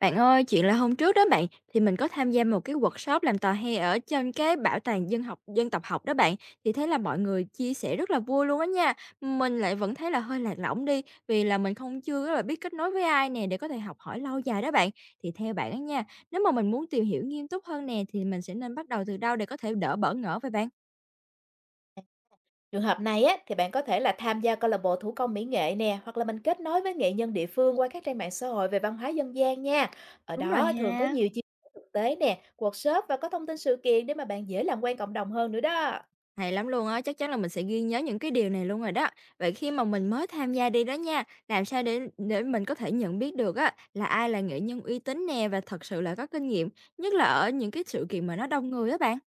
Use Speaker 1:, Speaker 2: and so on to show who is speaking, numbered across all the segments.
Speaker 1: Bạn ơi, chuyện là hôm trước đó bạn, thì mình có tham gia một cái workshop làm tò he ở trên cái bảo tàng dân học dân tộc học đó bạn, thì thấy là mọi người chia sẻ rất là vui luôn á nha. Mình lại vẫn thấy là hơi lạc lõng đi, vì là mình không chưa là biết kết nối với ai nè để có thể học hỏi lâu dài đó bạn. Thì theo bạn á nha, nếu mà mình muốn tìm hiểu nghiêm túc hơn nè thì mình sẽ nên bắt đầu từ đâu để có thể đỡ bỡ ngỡ vậy bạn?
Speaker 2: Trường hợp này á, thì bạn có thể là tham gia câu lạc bộ thủ công mỹ nghệ nè, hoặc là mình kết nối với nghệ nhân địa phương qua các trang mạng xã hội về văn hóa dân gian nha. Ở
Speaker 1: Đúng rồi
Speaker 2: đó thường có
Speaker 1: ha.
Speaker 2: nhiều chia sẻ thực tế nè, workshop và có thông tin sự kiện để mà bạn dễ làm quen cộng đồng hơn nữa đó.
Speaker 1: Hay lắm luôn á, chắc chắn là mình sẽ ghi nhớ những cái điều này luôn rồi đó. Vậy khi mà mình mới tham gia đi đó nha, làm sao để mình có thể nhận biết được á là ai là nghệ nhân uy tín nè và thật sự là có kinh nghiệm, nhất là ở những cái sự kiện mà nó đông người á bạn?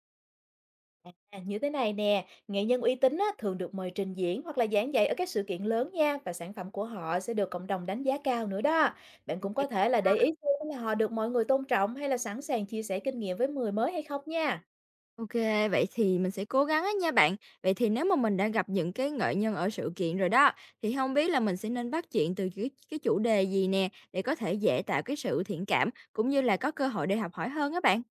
Speaker 2: À, như thế này nè, nghệ nhân uy tín á, thường được mời trình diễn hoặc là giảng dạy ở các sự kiện lớn nha, và sản phẩm của họ sẽ được cộng đồng đánh giá cao nữa đó. Bạn
Speaker 1: Ok.
Speaker 2: cũng có thể là để ý xem là họ được mọi người tôn trọng hay là sẵn sàng chia sẻ kinh nghiệm với người mới hay không nha.
Speaker 1: Ok, vậy thì mình sẽ cố gắng á nha bạn. Vậy thì nếu mà mình đã gặp những cái nghệ nhân ở sự kiện rồi đó, thì không biết là mình sẽ nên bắt chuyện từ cái chủ đề gì nè để có thể dễ tạo cái sự thiện cảm cũng như là có cơ hội để học hỏi hơn á bạn.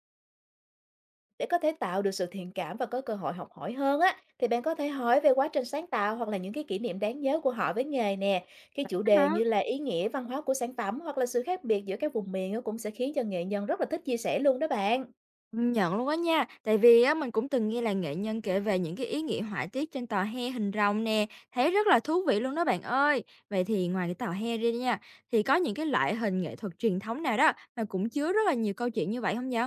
Speaker 2: Để có thể tạo được sự thiện cảm và có cơ hội học hỏi hơn á, thì bạn có thể hỏi về quá trình sáng tạo hoặc là những cái kỷ niệm đáng nhớ của họ với nghề nè. Cái chủ đề
Speaker 1: Hả?
Speaker 2: như là ý nghĩa văn hóa của sản phẩm hoặc là sự khác biệt giữa các vùng miền á, cũng sẽ khiến cho nghệ nhân rất là thích chia sẻ luôn đó bạn.
Speaker 1: Công nhận luôn á nha, tại vì á mình cũng từng nghe là nghệ nhân kể về những cái ý nghĩa họa tiết trên tòa he hình rồng nè, thấy rất là thú vị luôn đó bạn ơi. Vậy thì ngoài cái tòa he ra nha, thì có những cái loại hình nghệ thuật truyền thống nào đó mà cũng chứa rất là nhiều câu chuyện như vậy không vậy?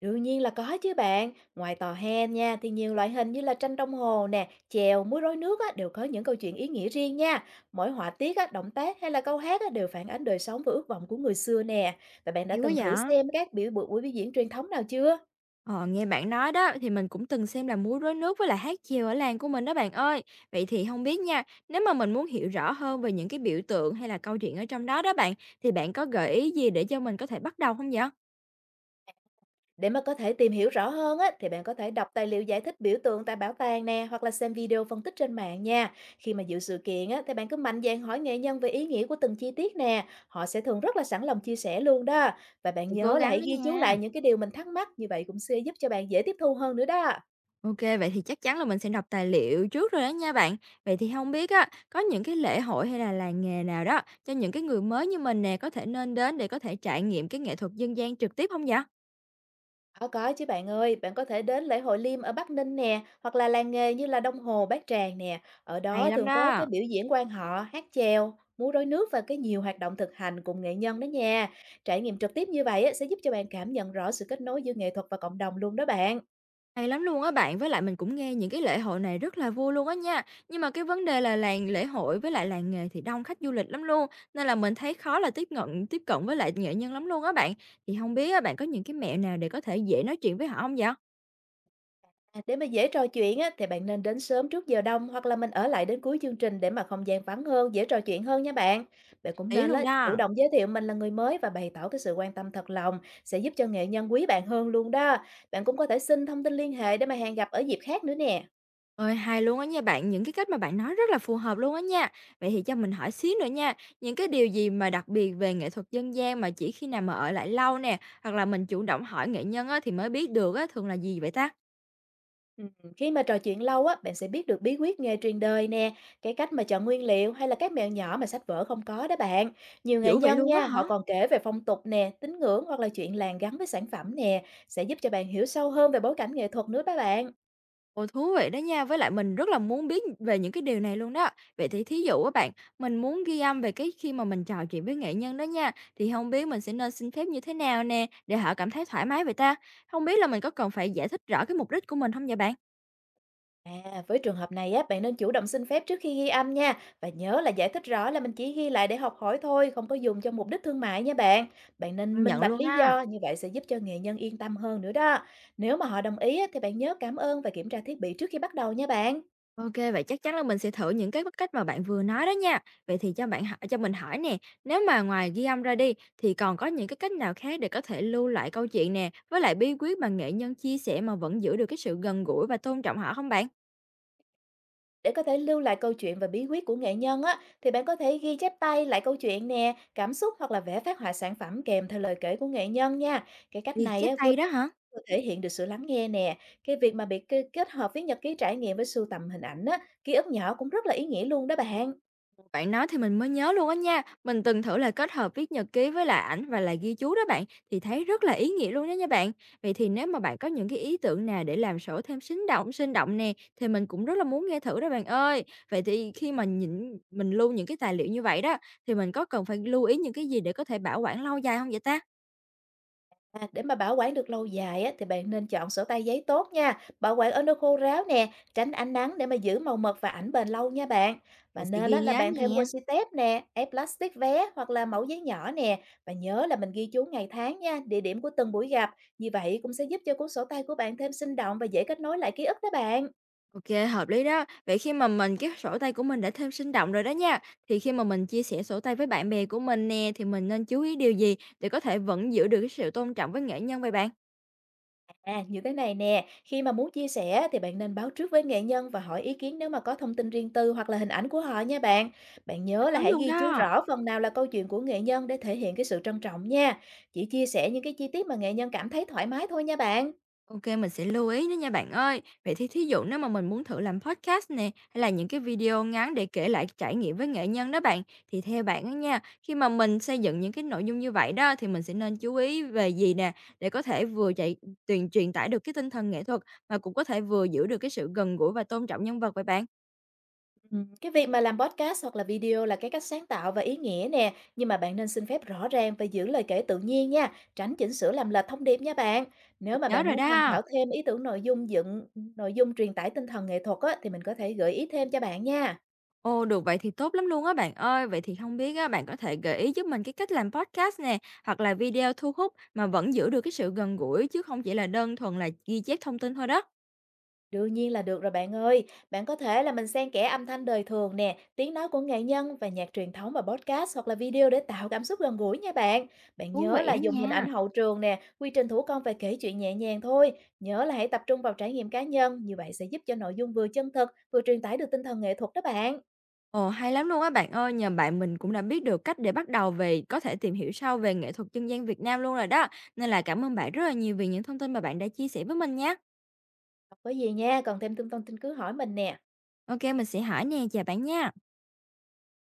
Speaker 2: Đương nhiên là có chứ bạn. Ngoài tò he nha, thì nhiều loại hình như là tranh đồng hồ nè, chèo, múa rối nước á, đều có những câu chuyện ý nghĩa riêng nha. Mỗi họa tiết á, động tác hay là câu hát á, đều phản ánh đời sống và ước vọng của người xưa nè. Và bạn đã
Speaker 1: Hay quá
Speaker 2: từng thử
Speaker 1: vậy!
Speaker 2: xem các buổi biểu diễn truyền thống nào chưa?
Speaker 1: Ờ, nghe bạn nói đó thì mình cũng từng xem là múa rối nước với là hát chèo ở làng của mình đó bạn ơi. Vậy thì không biết nha, nếu mà mình muốn hiểu rõ hơn về những cái biểu tượng hay là câu chuyện ở trong đó đó bạn, thì bạn có gợi ý gì để cho mình có thể bắt đầu không vậy?
Speaker 2: Để mà có thể tìm hiểu rõ hơn á, thì bạn có thể đọc tài liệu giải thích biểu tượng tại bảo tàng nè, hoặc là xem video phân tích trên mạng nha. Khi mà dự sự kiện á, thì bạn cứ mạnh dạn hỏi nghệ nhân về ý nghĩa của từng chi tiết nè. Họ sẽ thường rất là sẵn lòng chia sẻ luôn đó. Và bạn
Speaker 1: Mình cố
Speaker 2: nhớ là
Speaker 1: gắng
Speaker 2: hãy
Speaker 1: đó
Speaker 2: ghi chú
Speaker 1: nha.
Speaker 2: lại những cái điều mình thắc mắc, như vậy cũng sẽ giúp cho bạn dễ tiếp thu hơn nữa đó.
Speaker 1: OK, vậy thì chắc chắn là mình sẽ đọc tài liệu trước rồi đó nha bạn. Vậy thì không biết á, có những cái lễ hội hay là làng nghề nào đó cho những cái người mới như mình nè, có thể nên đến để có thể trải nghiệm cái nghệ thuật dân gian trực tiếp không vậy?
Speaker 2: Có chứ bạn ơi, bạn có thể đến lễ hội Liêm ở Bắc Ninh nè, hoặc là làng nghề như là Đông Hồ, Bát Tràng nè. Ở
Speaker 1: Hay
Speaker 2: đó
Speaker 1: lắm
Speaker 2: thường có cái
Speaker 1: đó,
Speaker 2: biểu diễn quan họ, hát chèo, múa rối nước và cái nhiều hoạt động thực hành cùng nghệ nhân đó nha. Trải nghiệm trực tiếp như vậy á, sẽ giúp cho bạn cảm nhận rõ sự kết nối giữa nghệ thuật và cộng đồng luôn đó bạn.
Speaker 1: hay lắm luôn á bạn, với lại mình cũng nghe những cái lễ hội này rất là vui luôn á nha. Nhưng mà cái vấn đề là làng lễ hội với lại làng nghề thì đông khách du lịch lắm luôn, nên là mình thấy khó là tiếp cận với lại nghệ nhân lắm luôn á bạn. Thì không biết á, bạn có những cái mẹo nào để có thể dễ nói chuyện với họ không vậy?
Speaker 2: À, để mà dễ trò chuyện á, thì bạn nên đến sớm trước giờ đông hoặc là mình ở lại đến cuối chương trình, để mà không gian vắng hơn, dễ trò chuyện hơn nha bạn. Bạn cũng
Speaker 1: Ý
Speaker 2: nên
Speaker 1: luôn
Speaker 2: á, chủ
Speaker 1: đó.
Speaker 2: động giới thiệu mình là người mới và bày tỏ cái sự quan tâm thật lòng, sẽ giúp cho nghệ nhân quý bạn hơn luôn đó. Bạn cũng có thể xin thông tin liên hệ để mà hẹn gặp ở dịp khác nữa nè.
Speaker 1: Ôi, hay luôn á nha bạn, những cái cách mà bạn nói rất là phù hợp luôn á nha. Vậy thì cho mình hỏi xíu nữa nha, những cái điều gì mà đặc biệt về nghệ thuật dân gian mà chỉ khi nào mà ở lại lâu nè, hoặc là mình chủ động hỏi nghệ nhân á, thì mới biết được á, thường là gì vậy ta?
Speaker 2: Ừm, Khi mà trò chuyện lâu á, bạn sẽ biết được bí quyết nghề truyền đời nè, cái cách mà chọn nguyên liệu hay là các mẹo nhỏ mà sách vở không có đó bạn. Nhiều nghệ
Speaker 1: Dữ vậy
Speaker 2: nhân
Speaker 1: luôn á
Speaker 2: nha, họ
Speaker 1: hả?
Speaker 2: còn kể về phong tục nè, tín ngưỡng hoặc là chuyện làng gắn với sản phẩm nè, sẽ giúp cho bạn hiểu sâu hơn về bối cảnh nghệ thuật nữa đó bạn.
Speaker 1: Ồ, thú vị đó nha, với lại mình rất là muốn biết về những cái điều này luôn đó. Vậy thì thí dụ á bạn, mình muốn ghi âm về cái khi mà mình trò chuyện với nghệ nhân đó nha, thì không biết mình sẽ nên xin phép như thế nào nè, để họ cảm thấy thoải mái vậy ta? Không biết là mình có cần phải giải thích rõ cái mục đích của mình không vậy bạn?
Speaker 2: À, với trường hợp này á, bạn nên chủ động xin phép trước khi ghi âm nha, và nhớ là giải thích rõ là mình chỉ ghi lại để học hỏi thôi, không có dùng cho mục đích thương mại nha bạn. Bạn nên
Speaker 1: Công
Speaker 2: minh
Speaker 1: nhận
Speaker 2: bạch
Speaker 1: luôn
Speaker 2: lý
Speaker 1: á.
Speaker 2: do, như vậy sẽ giúp cho nghệ nhân yên tâm hơn nữa đó. Nếu mà họ đồng ý á, thì bạn nhớ cảm ơn và kiểm tra thiết bị trước khi bắt đầu nha bạn.
Speaker 1: OK, vậy chắc chắn là mình sẽ thử những cái cách mà bạn vừa nói đó nha. Vậy thì cho bạn hỏi cho mình hỏi nè, nếu mà ngoài ghi âm ra đi, thì còn có những cái cách nào khác để có thể lưu lại câu chuyện nè, với lại bí quyết mà nghệ nhân chia sẻ mà vẫn giữ được cái sự gần gũi và tôn trọng họ không bạn?
Speaker 2: Để có thể lưu lại câu chuyện và bí quyết của nghệ nhân á, thì bạn có thể ghi chép tay lại câu chuyện nè, cảm xúc hoặc là vẽ phác họa sản phẩm kèm theo lời kể của nghệ nhân nha. Cái cách
Speaker 1: Ghi
Speaker 2: này
Speaker 1: chép
Speaker 2: á, vừa
Speaker 1: tay đó hả?
Speaker 2: Vừa thể hiện được sự lắng nghe nè, cái việc mà bị kê kết hợp với nhật ký trải nghiệm với sưu tầm hình ảnh á, ký ức nhỏ, cũng rất là ý nghĩa luôn đó bạn.
Speaker 1: Bạn nói thì mình mới nhớ luôn á nha. Mình từng thử là kết hợp viết nhật ký với lại ảnh và lại ghi chú đó bạn, thì thấy rất là ý nghĩa luôn đó nha bạn. Vậy thì nếu mà bạn có những cái ý tưởng nào để làm sổ thêm sinh động nè, thì mình cũng rất là muốn nghe thử đó bạn ơi. Vậy thì khi mà nhìn mình lưu những cái tài liệu như vậy đó, thì mình có cần phải lưu ý những cái gì để có thể bảo quản lâu dài không vậy ta?
Speaker 2: À, để mà bảo quản được lâu dài á, thì bạn nên chọn sổ tay giấy tốt nha, bảo quản ở nơi khô ráo nè, tránh ánh nắng để mà giữ màu mực và ảnh bền lâu nha bạn. Và
Speaker 1: Mình sẽ
Speaker 2: nên
Speaker 1: ghi
Speaker 2: á, là
Speaker 1: nhớ
Speaker 2: bạn thêm
Speaker 1: nè.
Speaker 2: washi tape nè, ép plastic vé hoặc là mẫu giấy nhỏ nè. Và nhớ là mình ghi chú ngày tháng nha, địa điểm của từng buổi gặp. Như vậy cũng sẽ giúp cho cuốn sổ tay của bạn thêm sinh động và dễ kết nối lại ký ức đó bạn.
Speaker 1: OK, hợp lý đó. Vậy khi mà mình cái sổ tay của mình đã thêm sinh động rồi đó nha, thì khi mà mình chia sẻ sổ tay với bạn bè của mình nè, thì mình nên chú ý điều gì để có thể vẫn giữ được cái sự tôn trọng với nghệ nhân vậy bạn?
Speaker 2: À, như thế này nè, khi mà muốn chia sẻ thì bạn nên báo trước với nghệ nhân và hỏi ý kiến nếu mà có thông tin riêng tư hoặc là hình ảnh của họ nha bạn. Bạn
Speaker 1: Thích
Speaker 2: nhớ là
Speaker 1: lắm
Speaker 2: hãy
Speaker 1: luôn
Speaker 2: ghi chú
Speaker 1: đó.
Speaker 2: rõ phần nào là câu chuyện của nghệ nhân để thể hiện cái sự trân trọng nha. Chỉ chia sẻ những cái chi tiết mà nghệ nhân cảm thấy thoải mái thôi nha bạn.
Speaker 1: OK, mình sẽ lưu ý đó nha bạn ơi. Vậy thì thí dụ nếu mà mình muốn thử làm podcast nè, hay là những cái video ngắn để kể lại trải nghiệm với nghệ nhân đó bạn, thì theo bạn á nha, khi mà mình xây dựng những cái nội dung như vậy đó, thì mình sẽ nên chú ý về gì nè, để có thể vừa chạy truyền truyền tải được cái tinh thần nghệ thuật, mà cũng có thể vừa giữ được cái sự gần gũi và tôn trọng nhân vật vậy bạn?
Speaker 2: Cái việc mà làm podcast hoặc là video là cái cách sáng tạo và ý nghĩa nè, nhưng mà bạn nên xin phép rõ ràng và giữ lời kể tự nhiên nha, tránh chỉnh sửa làm lệch thông điệp nha bạn. Nếu
Speaker 1: Mình
Speaker 2: mà
Speaker 1: nhớ
Speaker 2: bạn
Speaker 1: rồi
Speaker 2: muốn tham
Speaker 1: đó.
Speaker 2: khảo thêm ý tưởng nội dung dựng nội dung truyền tải tinh thần nghệ thuật á, thì mình có thể gợi ý thêm cho bạn nha.
Speaker 1: Ồ, được vậy thì tốt lắm luôn á bạn ơi. Vậy thì không biết á, bạn có thể gợi ý giúp mình cái cách làm podcast nè, hoặc là video thu hút mà vẫn giữ được cái sự gần gũi chứ không chỉ là đơn thuần là ghi chép thông tin thôi đó.
Speaker 2: Đương nhiên là được rồi bạn ơi. Bạn có thể là mình xen kẽ âm thanh đời thường nè, tiếng nói của nghệ nhân và nhạc truyền thống vào podcast hoặc là video để tạo cảm xúc gần gũi nha bạn. Bạn
Speaker 1: Thú
Speaker 2: nhớ
Speaker 1: vị
Speaker 2: là
Speaker 1: đó
Speaker 2: dùng hình ảnh
Speaker 1: nha.
Speaker 2: hậu trường nè, quy trình thủ công và kể chuyện nhẹ nhàng thôi. Nhớ là hãy tập trung vào trải nghiệm cá nhân, như vậy sẽ giúp cho nội dung vừa chân thực, vừa truyền tải được tinh thần nghệ thuật đó bạn.
Speaker 1: Ồ, hay lắm luôn á bạn ơi. Nhờ bạn mình cũng đã biết được cách để bắt đầu về, có thể tìm hiểu sâu về nghệ thuật dân gian Việt Nam luôn rồi đó. Nên là cảm ơn bạn rất là nhiều vì những thông tin mà bạn đã chia sẻ với mình nha.
Speaker 2: Không có gì nha, còn thêm thông tin cứ hỏi mình nè.
Speaker 1: Ok, mình sẽ hỏi nè, chào bạn nha.